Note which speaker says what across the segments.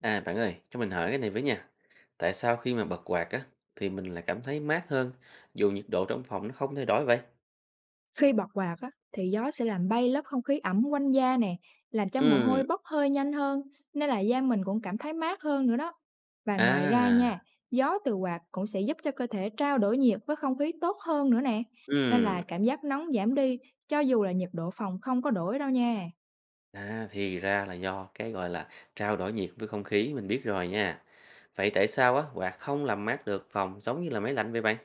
Speaker 1: À bạn ơi, cho mình hỏi cái này với nha. Tại sao khi mà bật quạt á thì mình lại cảm thấy mát hơn dù nhiệt độ trong phòng nó không thay đổi vậy?
Speaker 2: Khi bật quạt á, thì gió sẽ làm bay lớp không khí ẩm quanh da nè, làm cho mồ hôi
Speaker 1: Ừ,
Speaker 2: bốc hơi nhanh hơn, nên là da mình cũng cảm thấy mát hơn nữa đó. Và ngoài ra
Speaker 1: à,
Speaker 2: nha, gió từ quạt cũng sẽ giúp cho cơ thể trao đổi nhiệt với không khí tốt hơn nữa nè, nên là
Speaker 1: ừ.
Speaker 2: cảm giác nóng giảm đi cho dù là nhiệt độ phòng không có đổi đâu nha.
Speaker 1: À thì ra là do cái gọi là trao đổi nhiệt với không khí mình biết rồi nha. Vậy tại sao á quạt không làm mát được phòng giống như là máy lạnh vậy bạn?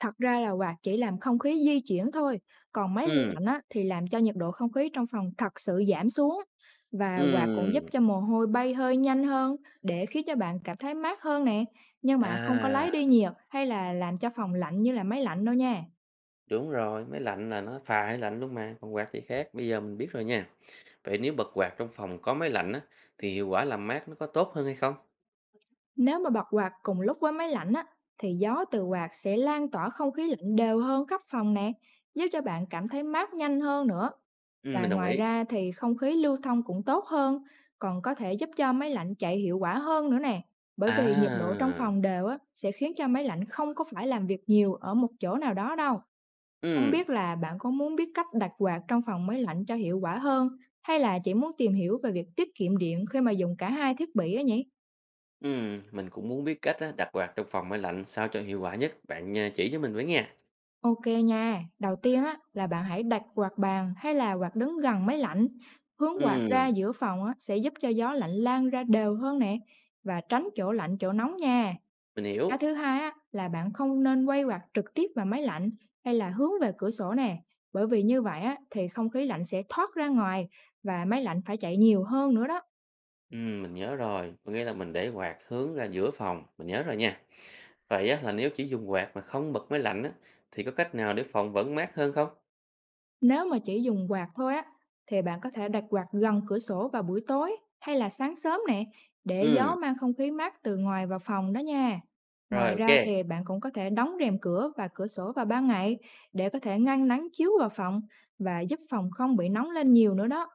Speaker 2: Thật ra là quạt chỉ làm không khí di chuyển thôi, còn máy
Speaker 1: Ừ,
Speaker 2: lạnh á, thì làm cho nhiệt độ không khí trong phòng thật sự giảm xuống. Và quạt cũng giúp
Speaker 1: ừ.
Speaker 2: cho mồ hôi bay hơi nhanh hơn để khiến cho bạn cảm thấy mát hơn nè, nhưng mà không có lấy
Speaker 1: À,
Speaker 2: đi nhiệt hay là làm cho phòng lạnh như là máy lạnh đâu nha.
Speaker 1: đúng rồi, máy lạnh là nó pha hơi lạnh luôn mà, còn quạt thì khác. Bây giờ mình biết rồi nha. Vậy nếu bật quạt trong phòng có máy lạnh á thì hiệu quả làm mát nó có tốt hơn hay không?
Speaker 2: Nếu mà bật quạt cùng lúc với máy lạnh á, thì gió từ quạt sẽ lan tỏa không khí lạnh đều hơn khắp phòng nè, giúp cho bạn cảm thấy mát nhanh hơn nữa. Và
Speaker 1: Mình đồng
Speaker 2: ngoài
Speaker 1: ý.
Speaker 2: ra thì không khí lưu thông cũng tốt hơn, còn có thể giúp cho máy lạnh chạy hiệu quả hơn nữa nè. Bởi vì nhiệt độ trong
Speaker 1: À,
Speaker 2: phòng đều á, sẽ khiến cho máy lạnh không có phải làm việc nhiều ở một chỗ nào đó đâu. Không
Speaker 1: ừm,
Speaker 2: biết là bạn có muốn biết cách đặt quạt trong phòng máy lạnh cho hiệu quả hơn hay là chỉ muốn tìm hiểu về việc tiết kiệm điện khi mà dùng cả hai thiết bị á nhỉ?
Speaker 1: mình cũng muốn biết cách á đặt quạt trong phòng máy lạnh sao cho hiệu quả nhất, bạn, chỉ cho mình với nha.
Speaker 2: Ok nha, đầu tiên á, là bạn hãy đặt quạt bàn hay là quạt đứng gần máy lạnh. Hướng quạt ra
Speaker 1: Ừm,
Speaker 2: giữa phòng á, sẽ giúp cho gió lạnh lan ra đều hơn nè và tránh chỗ lạnh chỗ nóng nha.
Speaker 1: mình
Speaker 2: Cái
Speaker 1: hiểu,
Speaker 2: thứ hai á, là bạn không nên quay quạt trực tiếp vào máy lạnh hay là hướng về cửa sổ nè. Bởi vì như vậy á, thì không khí lạnh sẽ thoát ra ngoài và máy lạnh phải chạy nhiều hơn nữa đó.
Speaker 1: mình nhớ rồi, có nghĩa là mình để quạt hướng ra giữa phòng, mình nhớ rồi nha. Vậy á là nếu chỉ dùng quạt mà không bật máy lạnh á, thì có cách nào để phòng vẫn mát hơn không?
Speaker 2: Nếu mà chỉ dùng quạt thôi á, thì bạn có thể đặt quạt gần cửa sổ vào buổi tối hay là sáng sớm nè, để gió
Speaker 1: Ừm,
Speaker 2: mang không khí mát từ ngoài vào phòng đó nha.
Speaker 1: rồi,
Speaker 2: Ngoài
Speaker 1: ok.
Speaker 2: ra thì bạn cũng có thể đóng rèm cửa và cửa sổ vào ban ngày để có thể ngăn nắng chiếu vào phòng và giúp phòng không bị nóng lên nhiều nữa đó.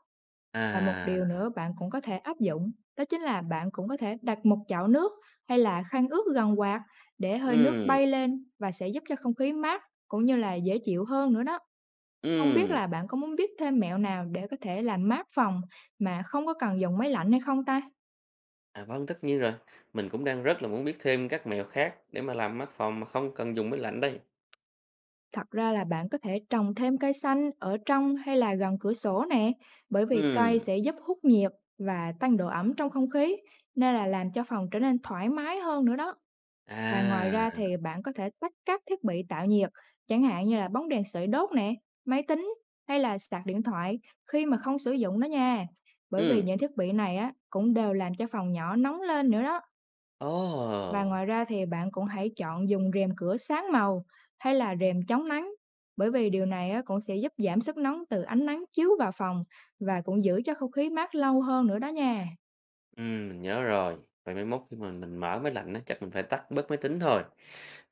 Speaker 2: Và một
Speaker 1: À,
Speaker 2: điều nữa bạn cũng có thể áp dụng, đó chính là bạn cũng có thể đặt một chảo nước hay là khăn ướt gần quạt để hơi nước
Speaker 1: ừm,
Speaker 2: bay lên và sẽ giúp cho không khí mát cũng như là dễ chịu hơn nữa đó. Không biết
Speaker 1: ừm,
Speaker 2: là bạn có muốn biết thêm mẹo nào để có thể làm mát phòng mà không có cần dùng máy lạnh hay không ta?
Speaker 1: à, vâng, tất nhiên rồi, mình cũng đang rất là muốn biết thêm các mẹo khác để mà làm mát phòng mà không cần dùng máy lạnh đây.
Speaker 2: Thật ra là bạn có thể trồng thêm cây xanh ở trong hay là gần cửa sổ nè, bởi vì cây
Speaker 1: Ừm,
Speaker 2: sẽ giúp hút nhiệt và tăng độ ẩm trong không khí, nên là làm cho phòng trở nên thoải mái hơn nữa đó. Và ngoài
Speaker 1: à.
Speaker 2: ra thì bạn có thể tắt các thiết bị tạo nhiệt, chẳng hạn như là bóng đèn sưởi đốt nè, máy tính hay là sạc điện thoại khi mà không sử dụng nó nha. Bởi vì
Speaker 1: Ừ,
Speaker 2: những thiết bị này á cũng đều làm cho phòng nhỏ nóng lên nữa đó.
Speaker 1: ồ!
Speaker 2: Và ngoài ra thì bạn cũng hãy chọn dùng rèm cửa sáng màu hay là rèm chống nắng, bởi vì điều này á, cũng sẽ giúp giảm sức nóng từ ánh nắng chiếu vào phòng và cũng giữ cho không khí mát lâu hơn nữa đó nha.
Speaker 1: Mình nhớ rồi. Vậy mai mốt khi mà mình mở máy lạnh á, chắc mình phải tắt bớt máy tính thôi.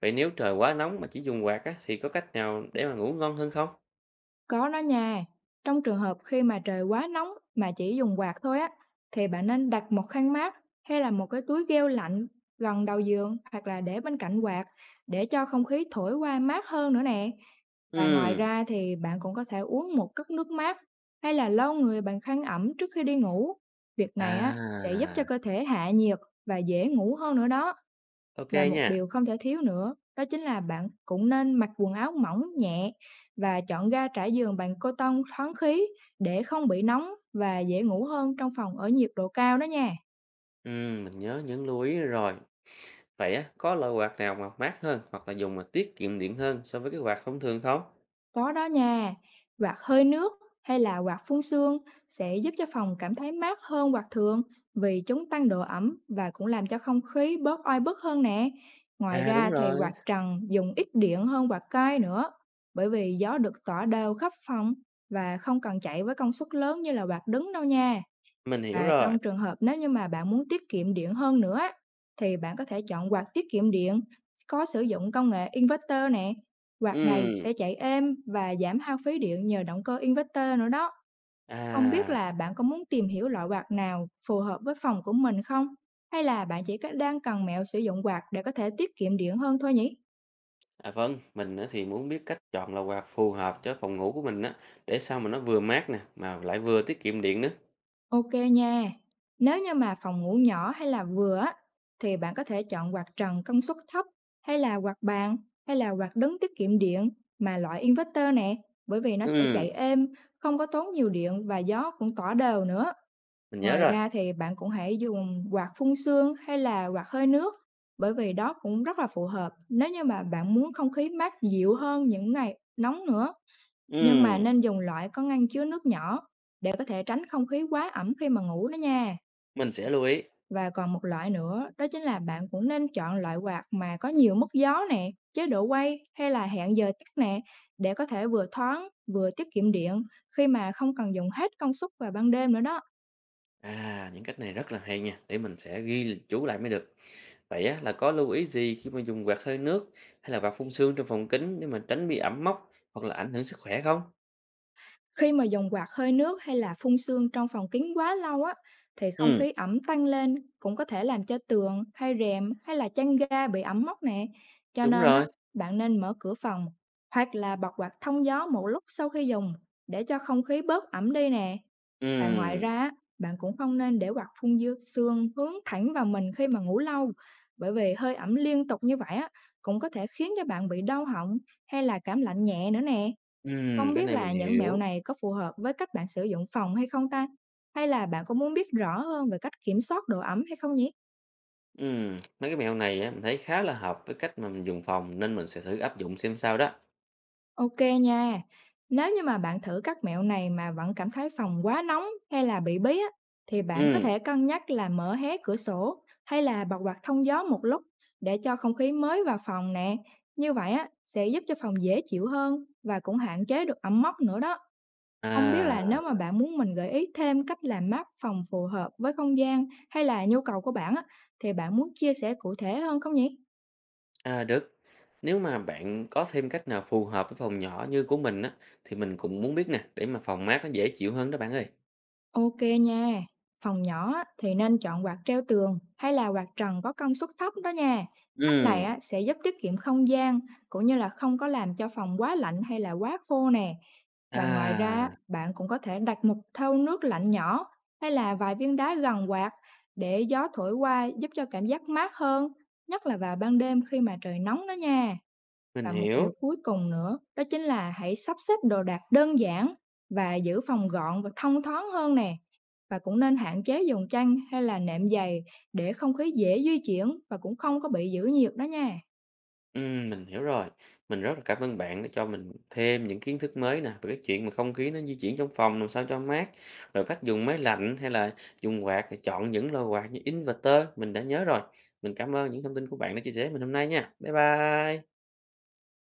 Speaker 1: Vậy nếu trời quá nóng mà chỉ dùng quạt á, thì có cách nào để mà ngủ ngon hơn không?
Speaker 2: Có đó nha. Trong trường hợp khi mà trời quá nóng mà chỉ dùng quạt thôi á, thì bạn nên đặt một khăn mát hay là một cái túi gel lạnh gần đầu giường hoặc là để bên cạnh quạt để cho không khí thổi qua mát hơn nữa nè. Và ngoài
Speaker 1: Ừ,
Speaker 2: ra thì bạn cũng có thể uống một cốc nước mát hay là lau người bằng khăn ẩm trước khi đi ngủ. Việc này á sẽ giúp cho
Speaker 1: à,
Speaker 2: cơ thể hạ nhiệt và dễ ngủ hơn nữa đó.
Speaker 1: ok
Speaker 2: Và một
Speaker 1: nha.
Speaker 2: điều không thể thiếu nữa, đó chính là bạn cũng nên mặc quần áo mỏng nhẹ và chọn ga trải giường bằng cotton thoáng khí để không bị nóng và dễ ngủ hơn trong phòng ở nhiệt độ cao đó nha.
Speaker 1: Mình nhớ những lưu ý rồi. Vậy á, có loại quạt nào mà mát hơn hoặc là dùng mà tiết kiệm điện hơn so với cái quạt thông thường không?
Speaker 2: Có đó nha, quạt hơi nước hay là quạt phun sương sẽ giúp cho phòng cảm thấy mát hơn quạt thường vì chúng tăng độ ẩm và cũng làm cho không khí bớt oi bức hơn nè. Ngoài
Speaker 1: À, đúng
Speaker 2: ra thì quạt
Speaker 1: rồi,
Speaker 2: trần dùng ít điện hơn quạt cây nữa, bởi vì gió được tỏa đều khắp phòng và không cần chạy với công suất lớn như là quạt đứng đâu nha.
Speaker 1: mình hiểu
Speaker 2: Và
Speaker 1: rồi.
Speaker 2: trong trường hợp nếu như mà bạn muốn tiết kiệm điện hơn nữa á, thì bạn có thể chọn quạt tiết kiệm điện có sử dụng công nghệ inverter nè. Quạt này
Speaker 1: Ừ,
Speaker 2: sẽ chạy êm và giảm hao phí điện nhờ động cơ inverter nữa đó. Không biết
Speaker 1: à.
Speaker 2: là bạn có muốn tìm hiểu loại quạt nào phù hợp với phòng của mình không? Hay là bạn đang cần mẹo sử dụng quạt để có thể tiết kiệm điện hơn thôi nhỉ?
Speaker 1: À vâng, mình á thì muốn biết cách chọn lò quạt phù hợp cho phòng ngủ của mình á, để sao mà nó vừa mát nè, mà lại vừa tiết kiệm điện nữa.
Speaker 2: Ok nha. Nếu như mà phòng ngủ nhỏ hay là vừa á, thì bạn có thể chọn quạt trần công suất thấp hay là quạt bàn hay là quạt đứng tiết kiệm điện mà loại inverter nè, bởi vì nó sẽ
Speaker 1: Ừ,
Speaker 2: chạy êm, không có tốn nhiều điện và gió cũng tỏa đều nữa.
Speaker 1: mình nhớ
Speaker 2: Ngoài
Speaker 1: rồi.
Speaker 2: ra thì bạn cũng hãy dùng quạt phun sương hay là quạt hơi nước bởi vì đó cũng rất là phù hợp nếu như mà bạn muốn không khí mát dịu hơn những ngày nóng nữa. Nhưng mà
Speaker 1: Ừ,
Speaker 2: nên dùng loại có ngăn chứa nước nhỏ để có thể tránh không khí quá ẩm khi mà ngủ đó nha.
Speaker 1: mình sẽ lưu ý.
Speaker 2: Và còn một loại nữa, đó chính là bạn cũng nên chọn loại quạt mà có nhiều mức gió nè, chế độ quay hay là hẹn giờ tắt nè, để có thể vừa thoáng vừa tiết kiệm điện khi mà không cần dùng hết công suất vào ban đêm nữa đó.
Speaker 1: À, những cách này rất là hay nha, để mình sẽ ghi chú lại mới được. Vậy á, là có lưu ý gì khi mà dùng quạt hơi nước hay là quạt phun sương trong phòng kính để mà tránh bị ẩm mốc hoặc là ảnh hưởng sức khỏe không?
Speaker 2: Khi mà dùng quạt hơi nước hay là phun sương trong phòng kín quá lâu á, thì không
Speaker 1: Ừ,
Speaker 2: khí ẩm tăng lên cũng có thể làm cho tường hay rèm hay là chăn ga bị ẩm mốc nè. Cho
Speaker 1: đúng
Speaker 2: nên á,
Speaker 1: rồi.
Speaker 2: bạn nên mở cửa phòng hoặc là bật quạt thông gió một lúc sau khi dùng để cho không khí bớt ẩm đi nè. Và ngoài
Speaker 1: Ừ,
Speaker 2: ra, á, bạn cũng không nên để quạt phun dư sương hướng thẳng vào mình khi mà ngủ lâu, bởi vì hơi ẩm liên tục như vậy á cũng có thể khiến cho bạn bị đau họng hay là cảm lạnh nhẹ nữa nè.
Speaker 1: ừ,
Speaker 2: Không
Speaker 1: cái
Speaker 2: biết
Speaker 1: này mình
Speaker 2: là những mẹo
Speaker 1: hiểu.
Speaker 2: này có phù hợp với cách bạn sử dụng phòng hay không ta? Hay là bạn có muốn biết rõ hơn về cách kiểm soát độ ẩm hay không nhỉ?
Speaker 1: Ừ, mấy cái mẹo này á, mình thấy khá là hợp với cách mà mình dùng phòng nên mình sẽ thử áp dụng xem sao đó.
Speaker 2: Ok nha. Nếu như mà bạn thử các mẹo này mà vẫn cảm thấy phòng quá nóng hay là bị bí á, thì bạn có
Speaker 1: Ừm,
Speaker 2: thể cân nhắc là mở hé cửa sổ hay là bật quạt thông gió một lúc để cho không khí mới vào phòng nè. Như vậy á, sẽ giúp cho phòng dễ chịu hơn và cũng hạn chế được ẩm mốc nữa đó. Không biết là
Speaker 1: à,
Speaker 2: nếu mà bạn muốn mình gợi ý thêm cách làm map phòng phù hợp với không gian hay là nhu cầu của bạn á, thì bạn muốn chia sẻ cụ thể hơn không nhỉ?
Speaker 1: à, được. Nếu mà bạn có thêm cách nào phù hợp với phòng nhỏ như của mình á, thì mình cũng muốn biết nè, để mà phòng mát nó dễ chịu hơn đó bạn ơi.
Speaker 2: Ok nha, phòng nhỏ á, thì nên chọn quạt treo tường hay là quạt trần có công suất thấp đó nha. Cách này
Speaker 1: Ừm,
Speaker 2: á, sẽ giúp tiết kiệm không gian cũng như là không có làm cho phòng quá lạnh hay là quá khô nè. Và ngoài ra,
Speaker 1: à,
Speaker 2: bạn cũng có thể đặt một thau nước lạnh nhỏ hay là vài viên đá gần quạt để gió thổi qua giúp cho cảm giác mát hơn, nhất là vào ban đêm khi mà trời nóng đó nha.
Speaker 1: mình
Speaker 2: Và một
Speaker 1: hiểu,
Speaker 2: điều cuối cùng nữa, đó chính là hãy sắp xếp đồ đạc đơn giản và giữ phòng gọn và thông thoáng hơn nè. Và cũng nên hạn chế dùng chăn hay là nệm dày để không khí dễ di chuyển và cũng không có bị giữ nhiệt đó nha.
Speaker 1: mình hiểu rồi. Mình rất là cảm ơn bạn đã cho mình thêm những kiến thức mới nè, về cái chuyện mà không khí nó di chuyển trong phòng làm sao cho mát, rồi cách dùng máy lạnh hay là dùng quạt, rồi chọn những lò quạt như inverter, mình đã nhớ rồi. Mình cảm ơn những thông tin của bạn đã chia sẻ với mình hôm nay nha. Bye bye.